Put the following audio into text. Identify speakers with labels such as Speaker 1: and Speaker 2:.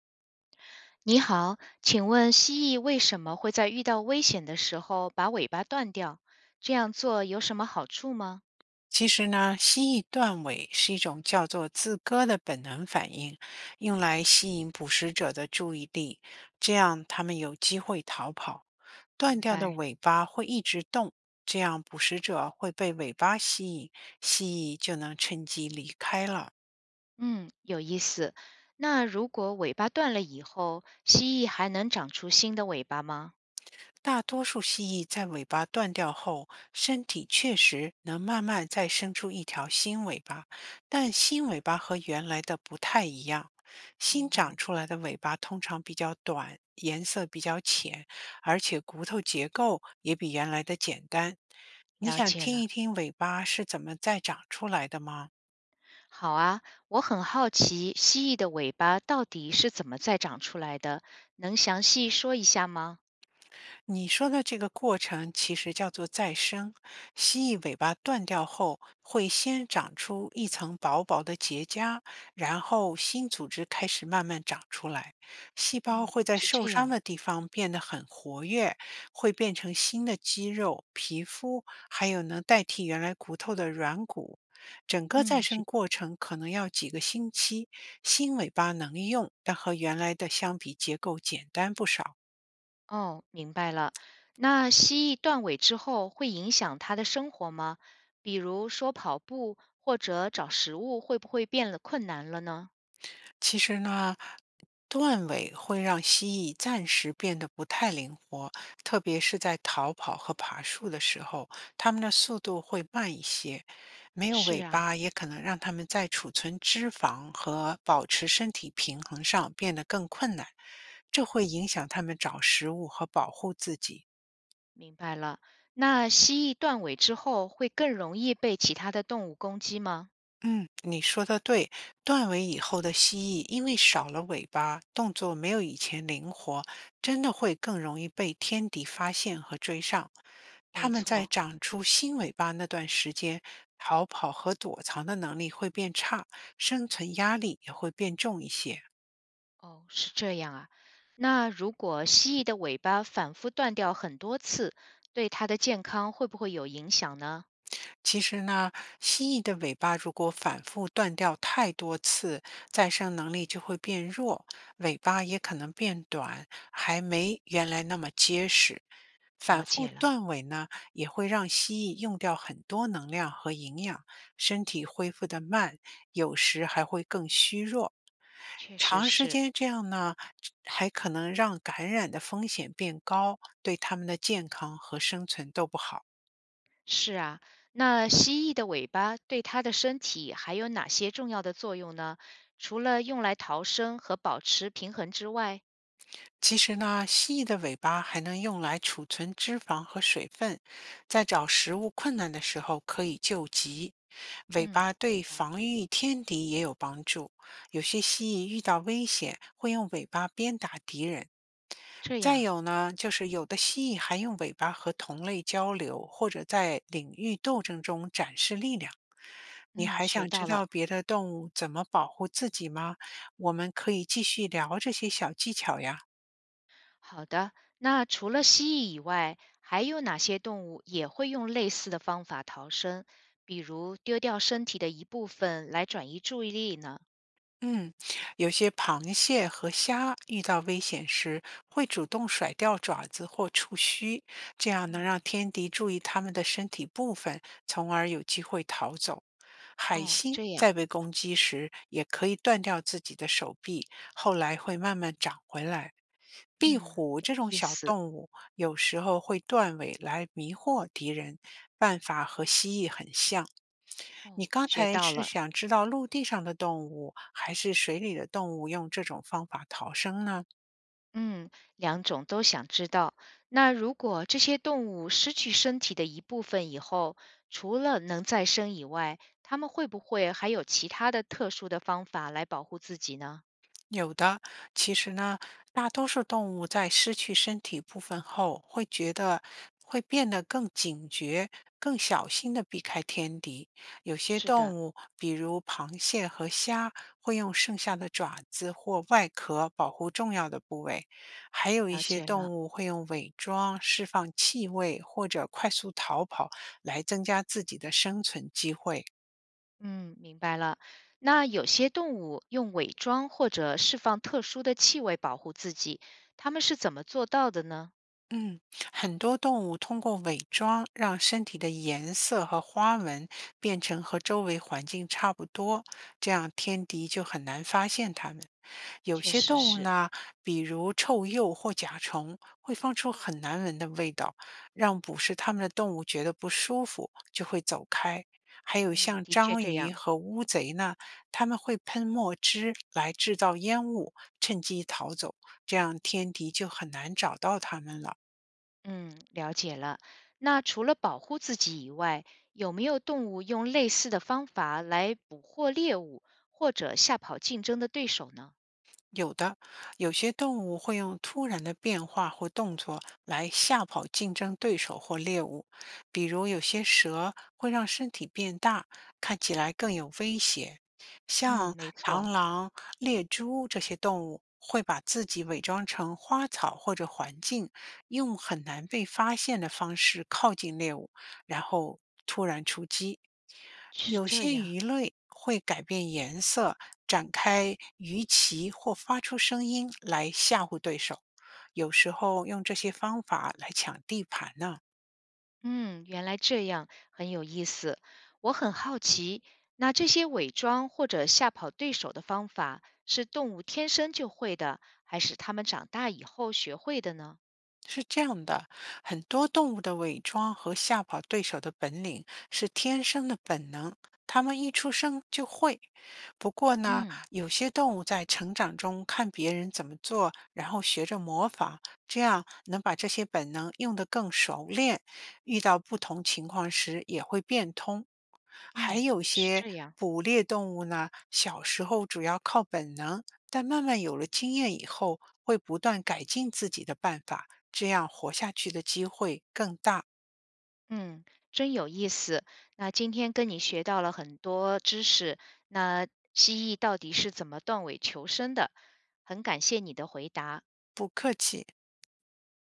Speaker 1: 你好，请问蜥蜴为什么会在遇到危险的时候把尾巴断掉？这样做有什么好处吗？
Speaker 2: 其实呢，蜥蜴断尾是一种叫做自割的本能反应，用来吸引捕食者的注意力，这样它们有机会逃跑。断
Speaker 1: 明
Speaker 2: 掉的
Speaker 1: 白。
Speaker 2: 尾巴会一直动，这样捕食者会被尾巴吸引，蜥蜴就能趁机离开了。
Speaker 1: 嗯，有意思。那如果尾巴断了以后，蜥蜴还能长出新的尾巴吗？
Speaker 2: 大多数蜥蜴在尾巴断掉后，身体确实能慢慢再生出一条新尾巴，但新尾巴和原来的不太一样。新
Speaker 1: 明
Speaker 2: 长
Speaker 1: 白，
Speaker 2: 出来的尾巴通常比较短，颜色比较浅，而且骨头结构也比原来的简单。你
Speaker 1: 了
Speaker 2: 想
Speaker 1: 解
Speaker 2: 听
Speaker 1: 了。
Speaker 2: 一听尾巴是怎么再长出来的吗？
Speaker 1: 好啊，我很好奇蜥蜴的尾巴到底是怎么再长出来的，能详细说一下吗？
Speaker 2: 你说的这个过程其实叫做再生。蜥蜴尾巴断掉后，会先长出一层薄薄的结痂，然后新组织开始慢慢长出来。细胞
Speaker 1: 嗯，
Speaker 2: 会在
Speaker 1: 是
Speaker 2: 受
Speaker 1: 这
Speaker 2: 伤
Speaker 1: 样。
Speaker 2: 的地方变得很活跃，会变成新的肌肉、皮肤，还有能代替原来骨头的软骨。整个
Speaker 1: 嗯。
Speaker 2: 再生过程可能要几个星期，新尾巴能用，但和原来的相比，结构简单不少。
Speaker 1: 哦，明白了。那蜥蜴断尾之后会影响它的生活吗？比如说跑步或者找食物，会不会变得困难了呢？
Speaker 2: 其实呢，断尾会让蜥蜴暂时变得不太灵活，特别是在逃跑和爬树的时候，它们的速度会慢一些。没有尾
Speaker 1: 是啊，
Speaker 2: 巴也可能让它们在储存脂肪和保持身体平衡上变得更困难，这会影响它们找食物和保护自己。
Speaker 1: 明白了。那蜥蜴断尾之后会更容易被其他的动物攻击吗？
Speaker 2: 嗯，你说的对，断尾以后的蜥蜴因为少了尾巴，动作没有以前灵活，真的会更容易被天敌发现和追上。它
Speaker 1: 没
Speaker 2: 们在
Speaker 1: 错。
Speaker 2: 长出新尾巴那段时间，逃跑和躲藏的能力会变差，生存压力也会变重一些。
Speaker 1: 哦，是这样啊。那如果蜥蜴的尾巴反复断掉很多次，对它的健康会不会有影响呢？
Speaker 2: 其实呢，蜥蜴的尾巴如果反复断掉太多次，再生能力就会变弱，尾巴也可能变短，还没原来那么结实。反
Speaker 1: 了
Speaker 2: 复
Speaker 1: 解了，
Speaker 2: 断尾呢，也会让蜥蜴用掉很多能量和营养，身体恢复得慢，有时还会更虚弱。
Speaker 1: 确实
Speaker 2: 长时
Speaker 1: 是。
Speaker 2: 间这样呢，还可能让感染的风险变高，对它们的健康和生存都不好。
Speaker 1: 是啊，那蜥蜴的尾巴对它的身体还有哪些重要的作用呢？除了用来逃生和保持平衡之外，
Speaker 2: 其实呢，蜥蜴的尾巴还能用来储存脂肪和水分，在找食物困难的时候可以救急。尾
Speaker 1: 嗯，
Speaker 2: 巴
Speaker 1: 明
Speaker 2: 对
Speaker 1: 白。
Speaker 2: 防御天敌也有帮助，有些蜥蜴遇到危险会用尾巴鞭打敌人。
Speaker 1: 这
Speaker 2: 再
Speaker 1: 样。
Speaker 2: 有呢，就是有的蜥蜴还用尾巴和同类交流，或者在领域斗争中展示力量。你
Speaker 1: 嗯，
Speaker 2: 还
Speaker 1: 学
Speaker 2: 想知
Speaker 1: 到
Speaker 2: 道
Speaker 1: 了。
Speaker 2: 别的动物怎么保护自己吗？我们可以继续聊这些小技巧呀。
Speaker 1: 好的，那除了蜥蜴以外，还有哪些动物也会用类似的方法逃生？比如丢掉身体的一部分来转移注意力呢？
Speaker 2: 嗯，有些螃蟹和虾遇到危险时会主动甩掉爪子或触须，这样能
Speaker 1: 嗯。
Speaker 2: 让天敌注意它们的身体部分，从而有机会逃走。海
Speaker 1: 哦，
Speaker 2: 星
Speaker 1: 这样。
Speaker 2: 在被攻击时也可以断掉自己的手臂，后来会慢慢长回来。壁
Speaker 1: 嗯，
Speaker 2: 虎
Speaker 1: 有
Speaker 2: 这种
Speaker 1: 意
Speaker 2: 小
Speaker 1: 思。
Speaker 2: 动物有时候会断尾来迷惑敌人，办法和蜥蜴很像。你
Speaker 1: 哦，
Speaker 2: 刚
Speaker 1: 学
Speaker 2: 才
Speaker 1: 到
Speaker 2: 是
Speaker 1: 了。
Speaker 2: 想知道陆地上的动物还是水里的动物用这种方法逃生呢？
Speaker 1: 嗯，两种都想知道。那如果这些动物失去身体的一部分以后，除了能再生以外，它们会不会还有其他的特殊的方法来保护自己呢？
Speaker 2: 有的，其实呢，大多数动物在失去身体部分后，会觉得会变得更警觉、更小心的避开天敌。有些
Speaker 1: 是
Speaker 2: 动
Speaker 1: 的，
Speaker 2: 物，比如螃蟹和虾，会用剩下的爪子或外壳保护重要的部位；还有一
Speaker 1: 了
Speaker 2: 些
Speaker 1: 解
Speaker 2: 动
Speaker 1: 了。
Speaker 2: 物会用伪装、释放气味或者快速逃跑来增加自己的生存机会。
Speaker 1: 嗯，明白了。那有些动物用伪装或者释放特殊的气味保护自己，它们是怎么做到的呢？
Speaker 2: 嗯，很多动物通过伪装让身体的颜色和花纹变成和周围环境差不多，这样天敌就很难发现它们。有
Speaker 1: 确
Speaker 2: 些
Speaker 1: 实
Speaker 2: 动物
Speaker 1: 是。
Speaker 2: 呢，比如臭鼬或甲虫，会放出很难闻的味道，让捕食它们的动物觉得不舒服，就会走开。还有
Speaker 1: 嗯，
Speaker 2: 像
Speaker 1: 的确
Speaker 2: 章
Speaker 1: 这
Speaker 2: 鱼
Speaker 1: 样。
Speaker 2: 和乌贼呢，它们会喷墨汁来制造烟雾，趁机逃走，这样天敌就很难找到它们了。
Speaker 1: 嗯，了解了。那除了保护自己以外，有没有动物用类似的方法来捕获猎物，或者吓跑竞争的对手呢？
Speaker 2: 有的，有些动物会用突然的变化或动作来吓跑竞争对手或猎物，比如有些蛇会让身体变大，看起来更有威胁。
Speaker 1: 嗯，
Speaker 2: 像
Speaker 1: 没
Speaker 2: 螳
Speaker 1: 错，
Speaker 2: 螂、猎猪这些动物会把自己伪装成花草或者环境，用很难被发现的方式靠近猎物，然后突然出击。
Speaker 1: 是
Speaker 2: 有
Speaker 1: 这
Speaker 2: 些
Speaker 1: 样。
Speaker 2: 鱼类会改变颜色、展开鱼鳍或发出声音来吓唬对手，有时候用这些方法来抢地盘呢。
Speaker 1: 嗯，原来这样，很有意思。我很好奇，那这些伪装或者吓跑对手的方法，是动物天生就会的，还是它们长大以后学会的呢？
Speaker 2: 是这样的，很多动物的伪装和吓跑对手的本领是天生的本能，它们一出生就会。不过呢，
Speaker 1: 嗯
Speaker 2: 有些动物在成长中看别人怎么做，然后学着模仿，这样能把这些本能用得更熟练，遇到不同情况时也会变通。还
Speaker 1: 嗯，
Speaker 2: 有
Speaker 1: 是
Speaker 2: 些
Speaker 1: 这样。
Speaker 2: 捕猎动物呢，小时候主要靠本能，但慢慢有了经验以后，会不断改进自己的办法。这样活下去的机会更大。
Speaker 1: 嗯，真有意思。那今天跟你学到了很多知识，那蜥蜴到底是怎么断尾求生的？很感谢你的回答。
Speaker 2: 不客气。